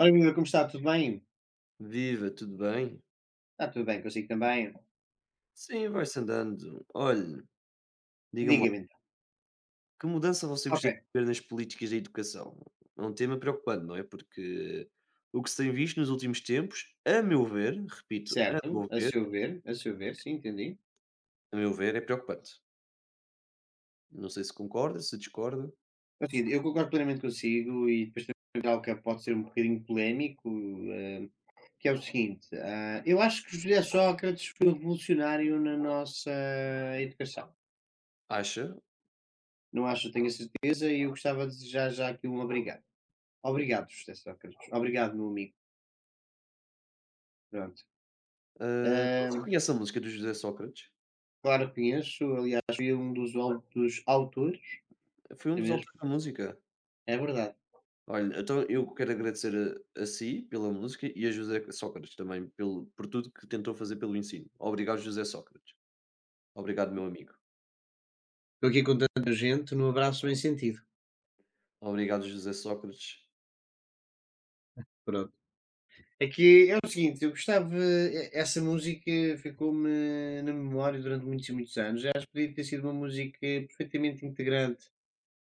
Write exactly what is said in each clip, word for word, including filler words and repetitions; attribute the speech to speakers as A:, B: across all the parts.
A: Ora viva, como está? Tudo bem?
B: Viva, tudo bem?
A: Está tudo bem consigo também?
B: Sim, vai-se andando. Olhe, diga-me lá,
A: Diga-me então.
B: que mudança você
A: Ok,
B: gostaria de ver nas políticas da educação? É um tema preocupante, não é? Porque o que se tem visto nos últimos tempos, a meu ver, repito, a
A: certo,
B: meu
A: a
B: ver,
A: seu ver, a seu ver, sim, entendi.
B: a meu ver, é preocupante. Não sei se concorda, se discorda,
A: É o seguinte, eu concordo plenamente consigo e depois também há algo que pode ser um bocadinho polémico, eh, que é o seguinte, ah, eu acho que José Sócrates foi revolucionário na nossa educação.
B: acha.
A: Não acho, tenho a certeza, e eu gostava de desejar já aqui um obrigado. Obrigado, José Sócrates. Obrigado, meu amigo. Pronto.
B: Ah, você
A: Ah,
B: conhece a música do José Sócrates?
A: claro que conheço, aliás, fui um dos, au- dos autores.
B: Foi um dos autores da música.
A: É verdade.
B: Olha, então eu quero agradecer a, a si pela música e a José Sócrates também pelo, por tudo que tentou fazer pelo ensino. Obrigado, José Sócrates. Obrigado, meu amigo.
A: Estou aqui com tanta gente, no abraço bem sentido.
B: Obrigado, José Sócrates,
A: Pronto. É que é o seguinte, eu gostava, e essa música ficou-me na memória durante muitos e muitos anos. Eu acho que podia ter sido uma música perfeitamente integrante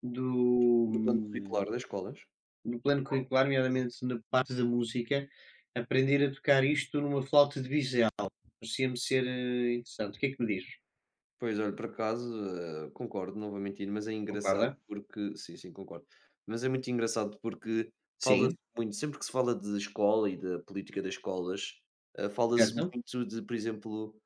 A: do,
B: do plano curricular
A: hum,
B: das escolas.
A: do plano curricular, nomeadamente na parte da música, aprender a tocar isto numa flauta de bisel. Parecia-me ser, eh, interessante. O que é que me diz?
B: Pois, olha, por acaso, eh, concordo, não vou mentir, mas é engraçado
A: Concorda?
B: porque. Sim, sim, concordo. Mas é muito engraçado porque fala-se
A: Sim.
B: muito, sempre que se fala de escola e da política das escolas, eh, fala-se
A: Certo?
B: muito de, por exemplo,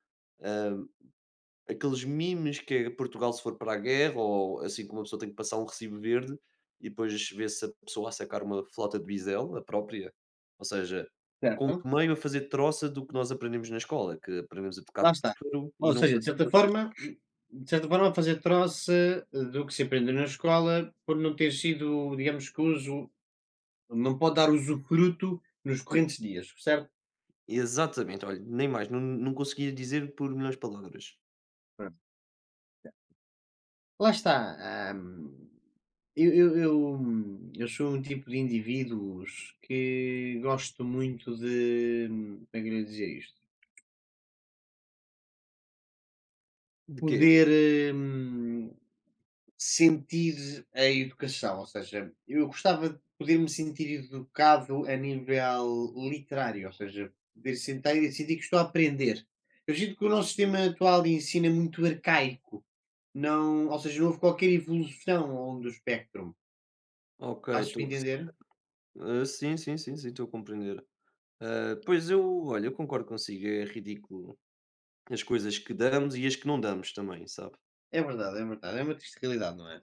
B: aqueles memes que é Portugal se for para a guerra ou assim como uma pessoa tem que passar um recibo verde e depois vê-se a pessoa a sacar uma flauta de bisel, a própria. Ou seja, com
A: Certo?
B: que meio a fazer troça do que nós aprendemos na escola, que aprendemos a tocar
A: Lá está.
B: pífaro e
A: Ou
B: não
A: seja, de
B: fazer
A: certa
B: coisas.
A: forma de certa forma fazer troça do que se aprendeu na escola por não ter sido, digamos que uso não pode dar usufruto nos correntes dias, certo?
B: Exatamente, olha, nem mais, não não conseguia dizer por milhões de palavras.
A: Certo. Lá está, hum, eu eu eu eu sou um tipo de indivíduos que gosto muito de, como é que eu ia dizer isto,
B: De quê?
A: poder, hum sentir a educação, ou seja, eu gostava de poder me sentir educado a nível literário, ou seja, poder sentar e sentir que estou a aprender. Eu sinto que o nosso sistema atual de ensino é muito arcaico, não, ou seja, não houve qualquer evolução ao longo do espectro.
B: Ok, estou
A: Faz-me
B: a perceber.
A: entender?
B: Ah, sim, sim, sim, sim, estou a compreender. Ah, pois eu, olha, eu concordo consigo, é ridículo as coisas que damos e as que não damos também, sabe?
A: É verdade, é verdade, é uma triste realidade, não é?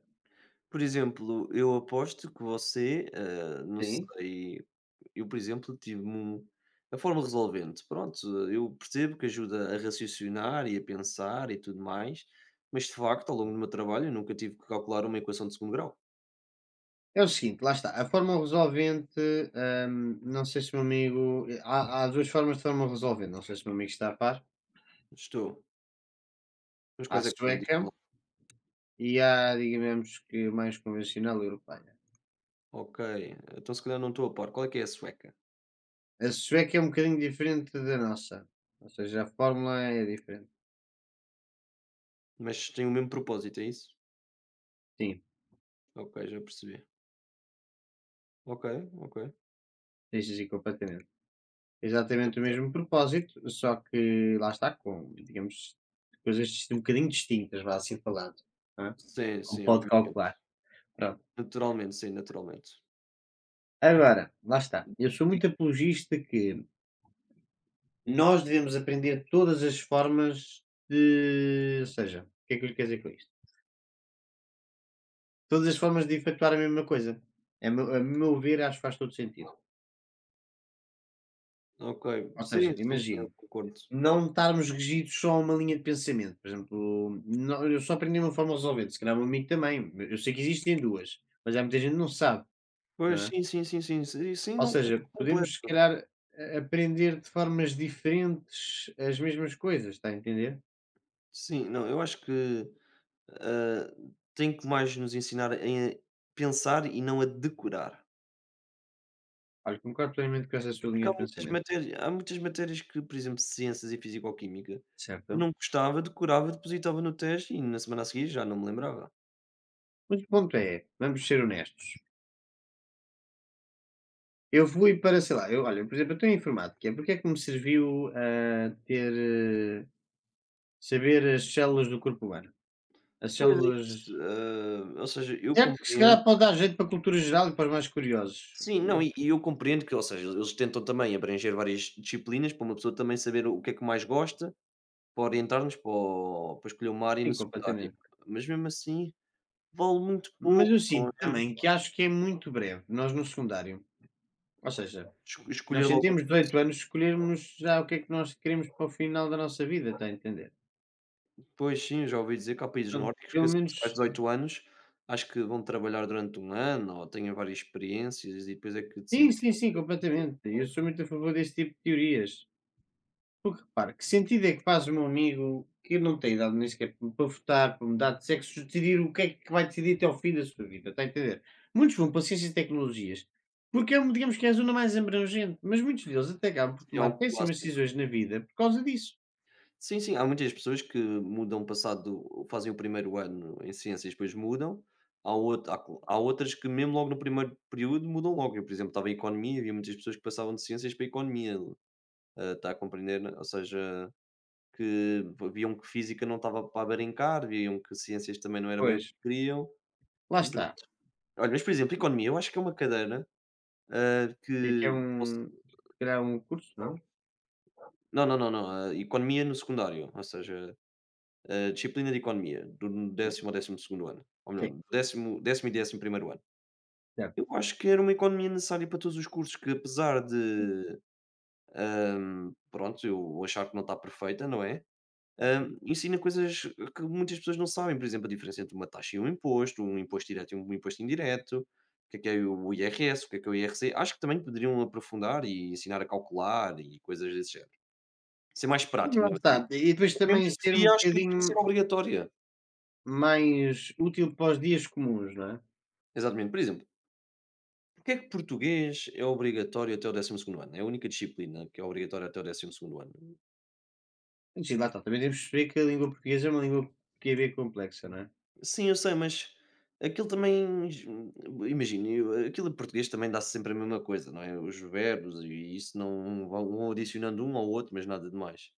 B: Por exemplo, eu aposto que você, eh, não
A: Sim.
B: sei, eu, por exemplo, tive um a forma resolvente. Pronto, eu percebo que ajuda a raciocinar e a pensar e tudo mais, mas de facto, ao longo do meu trabalho, eu nunca tive que calcular uma equação de segundo grau.
A: É o seguinte, lá está, a forma resolvente, hum, não sei se o meu amigo, há, há duas formas de forma resolvente, não sei se o meu amigo está a par.
B: Estou. Mas
A: Há a
B: quais é que são? Digam lá.
A: sueca e à, digamos que mais convencional europeia.
B: Ok, então se calhar não estou a par. Qual é que é a sueca?
A: A sueca é um bocadinho diferente da nossa, ou seja, a fórmula é diferente.
B: Mas tem o mesmo propósito, é isso?
A: Sim,
B: Ok, já percebi. Ok, ok.
A: sim, sim, sim, completamente. Exatamente o
B: Engraçado.
A: mesmo propósito, só que lá está com, digamos, coisas um bocadinho distintas, vá assim falando, não é?
B: Sim,
A: Como
B: sim,
A: pode
B: obviamente.
A: calcular. Pronto.
B: Naturalmente, sim, naturalmente.
A: Agora, lá está. Eu sou muito apologista que nós devemos aprender todas as formas de. Ou seja, o que é que eu lhe quero dizer com isto? Todas as formas de efetuar a mesma coisa. A meu a meu ver, acho que faz todo sentido.
B: Ok.
A: Ou
B: Sim,
A: seja,
B: sim, sim, eu
A: imagino,
B: concordo.
A: não estarmos regidos só a uma linha de pensamento. Por exemplo, não eu só aprendi uma forma resolvente, se calhar o meu amigo também. Eu sei que existem duas, mas há muita gente que não sabe,
B: Pois,
A: não é?
B: sim, sim, sim, sim, sim, sim,
A: Ou
B: não, por
A: seja, podemos se
B: completo.
A: calhar a aprender de formas diferentes as mesmas coisas, está a entender?
B: Sim, não, eu acho que, ah, tem que mais nos ensinar a pensar e não a decorar.
A: Olha, concordo plenamente com essa sua
B: Porque
A: linha
B: há
A: de
B: muitas
A: pensamento,
B: matérias há muitas matérias que, por exemplo, ciências e fisicoquímica, eu não
A: certo?
B: gostava, decorava, depositava no teste e na semana a seguir já não me lembrava.
A: Mas o ponto é, vamos ser honestos. Eu fui para, sei lá, eu olha, por exemplo, eu tenho informática, é porque é que me serviu, a ter, eh, saber as células do corpo humano? As
B: Pois é
A: células
B: isso, ah, ou seja, eu
A: certo que se
B: compreendo
A: calhar pode dar jeito para a cultura geral e para os mais curiosos.
B: sim, não, e e eu compreendo que, ou seja, eles tentam também abranger várias disciplinas para uma pessoa também saber o que é que mais gosta, para orientar-nos para o para escolher uma área no
A: Sim,
B: secundário,
A: completamente.
B: mas mesmo assim vale muito
A: Mas
B: pouco,
A: eu
B: não
A: sinto
B: é?
A: também que acho que é muito breve, nós no secundário. Ou seja,
B: Esco
A: nós
B: escolher logo.
A: sentimos termos dezoito anos escolhermos já o que é que nós queremos para o final da nossa vida, está a entender?
B: Pois sim, já ouvi dizer que há países
A: Pronto,
B: nórdicos que
A: pelo
B: assim que se faz
A: menos
B: dezoito anos, acho que vão trabalhar durante um ano ou têm várias experiências e depois é que decidem
A: sim, sim, sim, completamente. Eu sou muito a favor desse tipo de teorias. Porque repara, que sentido é que faz o meu amigo que não tem idade nem sequer para votar, para mudar de sexo, decidir o que é que vai decidir até ao fim da sua vida, está a entender? Muitos vão para ciências e tecnologias, porque é um digamos que é a zona mais abrangente, mas muitos deles até acabam por
B: se é
A: tomar
B: algo
A: péssimas
B: clássico.
A: decisões na vida por causa disso.
B: Sim, sim, há muitas pessoas que mudam passado fazem o primeiro ano em ciências depois mudam, há out há co há outras que mesmo logo no primeiro período mudam logo, eu por exemplo estava em economia, havia muitas pessoas que passavam de ciências para economia. Está a compreender? Né? Ou seja, que viam que física não estava para abarincar, viam que ciências também não era bem o
A: Pois,
B: que queriam.
A: lá
B: E por-
A: está.
B: Olha, mas por exemplo, economia, eu acho que é uma cadeira ah,
A: Que é que
B: que.
A: é um se calhar um curso, não?
B: Não, não, não, não. Ah, economia no secundário, ou seja, a disciplina de economia, do
A: Sim,
B: décimo ao décimo segundo ano, ou melhor,
A: sim,
B: do décimo, décimo e décimo primeiro ano.
A: certo,
B: Eu acho que era uma economia necessária para todos os cursos, que apesar de, hum, pronto, eu achar que não está perfeita, não é?
A: certo.
B: Hã, ensina coisas que muitas pessoas não sabem, por exemplo, a diferença entre uma taxa e um imposto, um imposto direto e um imposto indireto, o que é que é o I R S, o que é que é o I R C. Acho que também poderiam aprofundar e ensinar a calcular e coisas desse género. Ser mais
A: E
B: prático
A: lá
B: mesmo
A: está,
B: assim.
A: e depois
B: Mas mesmo
A: também
B: na
A: ser um
B: teoria acho que devia
A: bocadinho
B: ser obrigatória.
A: mais útil para os dias comuns, não é?
B: Exatamente. Por exemplo, porque é que português é obrigatório até o décimo segundo ano? É a única disciplina que é obrigatória até o décimo segundo ano.
A: Sim, lá está. Também temos que perceber que a língua portuguesa é uma língua que é bem complexa, não é?
B: Sim, eu sei, mas aquilo também, imagino, eu- aquilo em português também dá-se sempre a mesma coisa, não é? Os verbos e isso não vão vão adicionando um ao outro, mas nada de mais.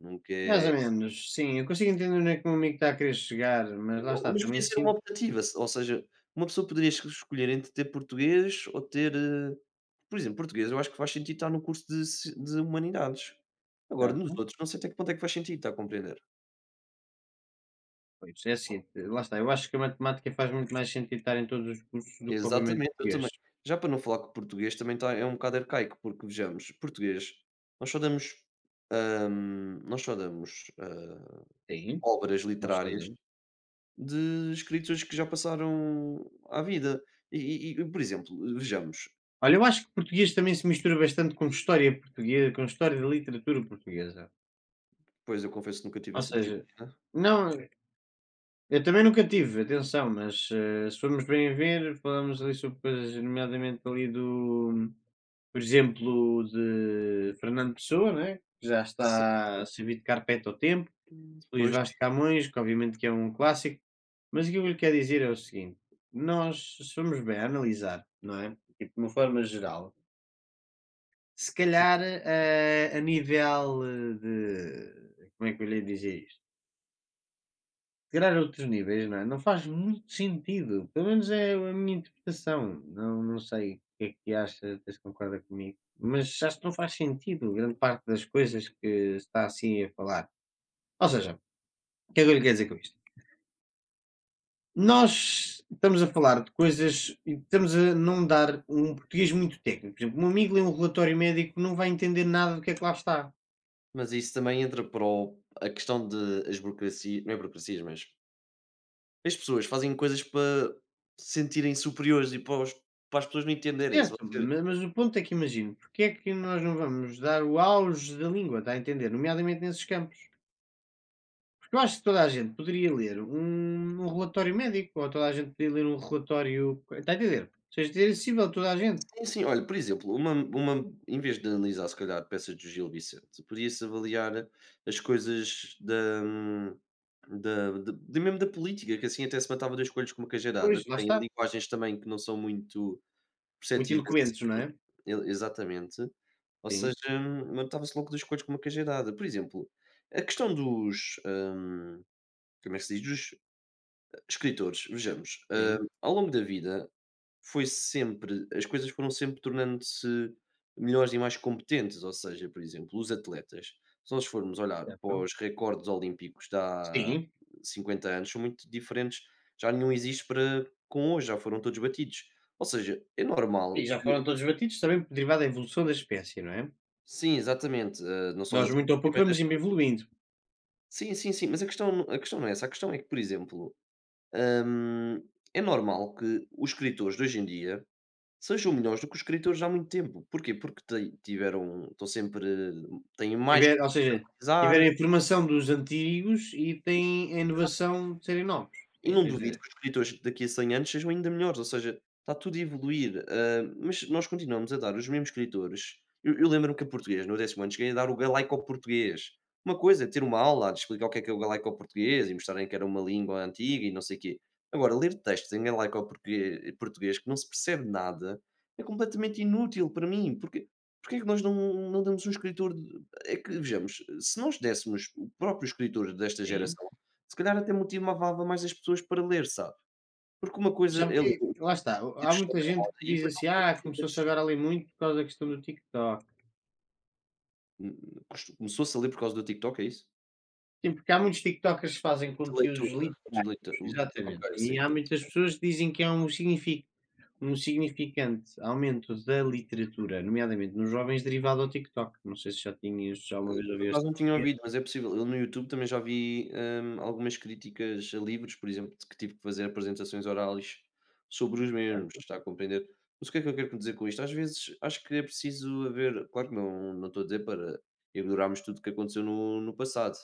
B: Nunca
A: Mais
B: é.
A: ou menos, sim. Eu consigo entender onde é que o meu amigo está a querer chegar, mas lá
B: ou-
A: está,
B: Mas podia
A: também
B: ser uma
A: sinto.
B: optativa, se- ou seja, uma pessoa poderia es- escolher entre ter português ou ter. eh, Por exemplo, português, eu acho que faz sentido estar no curso de, ci- de humanidades. Agora,
A: Claro,
B: nos
A: não?
B: outros, não sei até que ponto é que faz sentido, está a compreender?
A: Pois, é assim, lá está. Eu acho que a matemática faz muito mais sentido estar em todos os cursos do que propriamente
B: Exatamente, eu
A: português.
B: também. Já para não falar que português também tá é um bocado arcaico, porque vejamos, português, nós só damos, hum, nós só damos, hã,
A: Sim,
B: obras
A: nós
B: literárias
A: fazemos.
B: de escritores que já passaram à vida. E e e, por exemplo, vejamos,
A: Olha, eu acho que português também se mistura bastante com história portuguesa, com história da literatura portuguesa.
B: pois eu confesso que nunca tive
A: Ou
B: essa
A: seja,
B: disciplina.
A: não. Eu também nunca tive, atenção, mas, eh, se formos bem ver, falámos ali sobre coisas, nomeadamente ali do por exemplo, de Fernando Pessoa, né, que já
B: Sim,
A: está a servir de carpete ao tempo, Luís
B: pois,
A: Vaz de Camões, que obviamente que é um clássico, mas aquilo que eu lhe quero dizer é o seguinte: nós, se formos bem a analisar, não é, tipo de uma forma geral, se
B: sim.
A: calhar, eh, a nível eh, de como é que eu lhe hei de dizer isto? Tirar outros níveis, não é? Não faz muito sentido. Pelo menos é a minha interpretação. Não, não sei o que é que achas, se concorda comigo. Mas acho que não faz sentido grande parte das coisas que está assim a falar. Ou seja, o que é que eu lhe quero dizer com isto? Nós estamos a falar de coisas e estamos a não dar um português muito técnico. Por exemplo, um amigo lê um relatório médico não vai entender nada do que é que lá está.
B: Mas isso também entra para o a questão de as burocracia não é burocracias, mas as pessoas fazem coisas para se sentirem superiores e para os para as pessoas não entenderem. Se
A: Certo,
B: você
A: ma- mas o ponto é que imagino, porque é que nós não vamos dar o auge da língua, está a entender? Nomeadamente nesses campos. Eu acho que toda a gente poderia ler um, um relatório médico, ou toda a gente poderia ler um relatório. Está a entender? Ou seja, ter acessível a toda a gente.
B: sim, sim. Olha, por exemplo, uma uma em vez de analisar, se calhar, peças do Gil Vicente, podia-se avaliar as coisas da da de de mesmo da política, que assim até se matava dois coelhos com uma cajadada,
A: Pois,
B: que
A: lá
B: tem
A: está.
B: linguagens também que não são muito
A: Muito
B: perceptíveis,
A: eloquentes, não
B: assim
A: é?
B: e exatamente. Ou seja,
A: Sim,
B: matava-se logo dois coelhos com uma cajadada. Por exemplo, a questão dos, hã, como é que se diz? Dos escritores. Vejamos, hã,
A: sim,
B: ao longo da vida foi sempre as coisas foram sempre tornando-se melhores e mais competentes, ou seja, por exemplo, os atletas, se nós formos olhar para
A: certo.
B: os recordes olímpicos de há
A: Sim.
B: cinquenta anos, são muito diferentes, já nenhum existe para com hoje, já foram todos batidos. Ou seja, é
A: E
B: normal que
A: já foram todos batidos também derivado da evolução da espécie, não é?
B: sim, exatamente, eh, não só da
A: Nós muito ou
B: tecnologia,
A: pouco
B: mas das.
A: vamos evoluindo.
B: Sim, sim, sim, mas a questão a questão não é essa, a questão é que, por exemplo, hum, é normal que os escritores de hoje em dia sejam melhores do que os escritores há muito tempo. Porquê? Porque ti tiveram estão sempre têm mais que
A: Tiver, ou seja,
B: pesquisar.
A: tiveram a informação dos antigos e têm a inovação de serem novos.
B: E
A: Sim,
B: não
A: estou a
B: duvido
A: entender.
B: que os escritores daqui a cem anos sejam ainda melhores, ou seja, está tudo a evoluir, hã, mas nós continuamos a dar os mesmos escritores. Eu eu lembro-me que em português, no décimo ano, cheguei a dar o galaico-português. Uma coisa é ter uma aula a explicar o que é que é o galaico-português e mostrarem que era uma língua antiga e não sei o quê. Agora, ler textos em galaico-portuguê português que não se percebe nada, é completamente inútil para mim, porque porque é que nós não não damos um escritor de é que vejamos, se nós dessemos o próprio escritor desta
A: Sim.
B: geração se calhar até motivava mais as pessoas para ler, sabe, porque uma coisa
A: Sabe
B: é ler
A: que,
B: os
A: lá está, há
B: livros estão
A: muita
B: na
A: gente que
B: moda e
A: diz
B: depois há
A: assim,
B: uns
A: ah, começou-se
B: livros
A: agora a ler muito por causa da questão do TikTok.
B: hum, começou-se a ler por causa do TikTok, é isso?
A: Sim, porque há muitos TikTokers que fazem
B: De
A: conteúdos
B: leitura, de
A: literários,
B: leitura, ok,
A: exatamente.
B: sim.
A: E há
B: Então,
A: muitas pessoas que dizem que há um signifi um significante aumento da literatura, nomeadamente nos jovens, derivado ao TikTok. Não sei se já tinhas já uma vez
B: por
A: ouvido
B: acaso
A: esta
B: não tinha
A: teoria,
B: ouvido, mas é possível. Eu no YouTube também já vi, hum, algumas críticas a livros, por exemplo, que tive que fazer apresentações orais sobre os mesmos,
A: certo?
B: está a compreender? Mas o que é que eu quero dizer com isto? Às vezes acho que é preciso haver claro que não não estou a dizer para ignorarmos tudo o que aconteceu no no passado.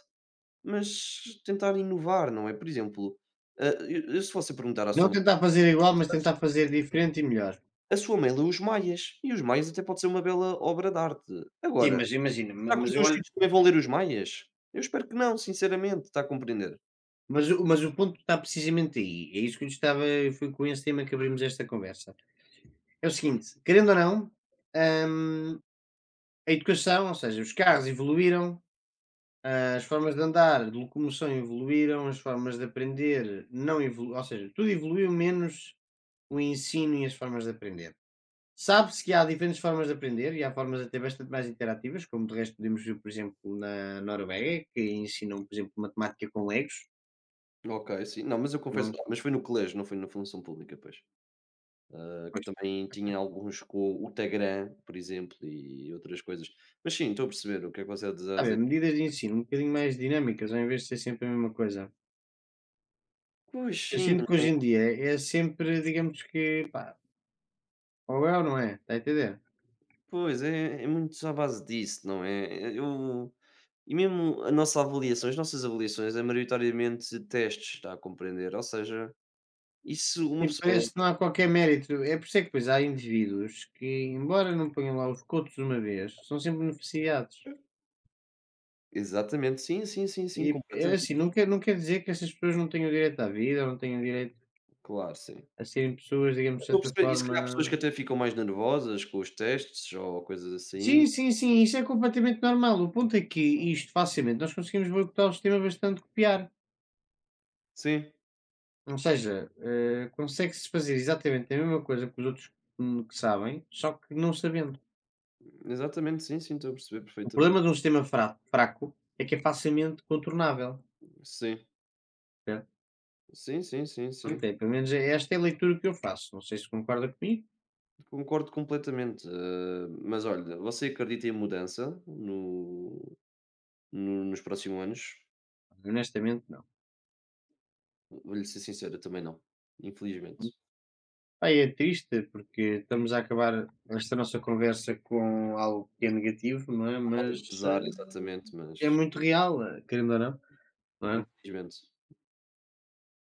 B: Mas tentar inovar, não é? Por exemplo, ah, eu eu se fosse perguntar à sua
A: Não
B: mãe,
A: tentar fazer igual, mas tentar fazer diferente e melhor.
B: a sua mãe leu Os Maias, e Os Maias até pode ser uma bela obra de arte.
A: Sim,
B: Agora,
A: mas imagina, ma
B: será que
A: mas
B: os
A: eu
B: meus
A: olho
B: filhos também vão ler Os Maias? Eu espero que não, sinceramente, está a compreender?
A: mas o mas o ponto está precisamente aí, é isso que eu estava foi com esse tema que abrimos esta conversa. É o seguinte, querendo ou não, hã, a educação, ou seja, os carros evoluíram. As formas de andar, de locomoção evoluíram, as formas de aprender não evoluíram, ou seja, tudo evoluiu menos o ensino e as formas de aprender. Sabe-se que há diferentes formas de aprender e há formas até bastante mais interativas, como de resto podemos ver, por exemplo, na Noruega, que ensinam, por exemplo, matemática com legos,
B: Ok, sim. Não, mas eu
A: não
B: confesso
A: é?
B: mas foi no colégio, não foi na função pública, pois. Ah, que
A: Pois,
B: também tinha alguns com o Tagram, por exemplo, e outras coisas. Mas sim, estou a perceber o que é que você está a
A: sabe,
B: dizer.
A: medidas de ensino um bocadinho mais dinâmicas, ao invés de ser sempre a mesma coisa.
B: Pois
A: Eu
B: sim.
A: sinto que hoje em dia é sempre, digamos que, pá, ou é ou não é, está a entender?
B: Pois, é é é muito à base disso, não é? É, eu e mesmo a nossa avaliação as nossas avaliações é maioritariamente testes, está a compreender? Ou seja, isso uma
A: Sim,
B: pessoa
A: parece que não há qualquer mérito. É por isso é que depois há indivíduos que, embora não ponham lá os cotos de uma vez, são sempre beneficiados.
B: exatamente, sim, sim, sim,
A: E
B: sim,
A: é assim,
B: completamente,
A: não quer, não quer dizer que essas pessoas não tenham direito à vida, não tenham direito
B: claro, sim.
A: a serem pessoas, digamos,
B: Eu
A: de
B: estou a
A: certa
B: perceber e se calhar há pessoas que
A: forma.
B: até ficam mais nervosas com os testes ou coisas assim.
A: Sim, sim, sim, isso é completamente normal. O ponto é que isto facilmente nós conseguimos boicotar o sistema bastante copiar.
B: Sim,
A: Ou seja, eh, consegue-se fazer exatamente a mesma coisa que os outros hum, que sabem, só que não sabendo.
B: exatamente, sim, sim, estou a perceber
A: O
B: perfeitamente.
A: problema de um sistema fra- fraco é que é facilmente contornável.
B: Sim,
A: Certo.
B: sim, sim, sim,
A: Ok,
B: sim,
A: pelo menos é esta é a leitura que eu faço. Não sei se concorda comigo,
B: concordo completamente, hã, mas olha, você acredita em mudança no No nos próximos anos,
A: honestamente não.
B: vou-lhe ser sincero, eu também não, infelizmente.
A: Pá, é triste porque estamos a acabar esta nossa conversa com algo que é negativo, não é?
B: Uma nota
A: Mas
B: de pesar, exatamente,
A: eh, é
B: mas
A: muito real, eh, querendo ou não, não é?
B: infelizmente.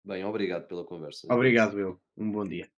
B: Bem, obrigado pela conversa e pelo
A: Obrigado, eu. Um bom dia.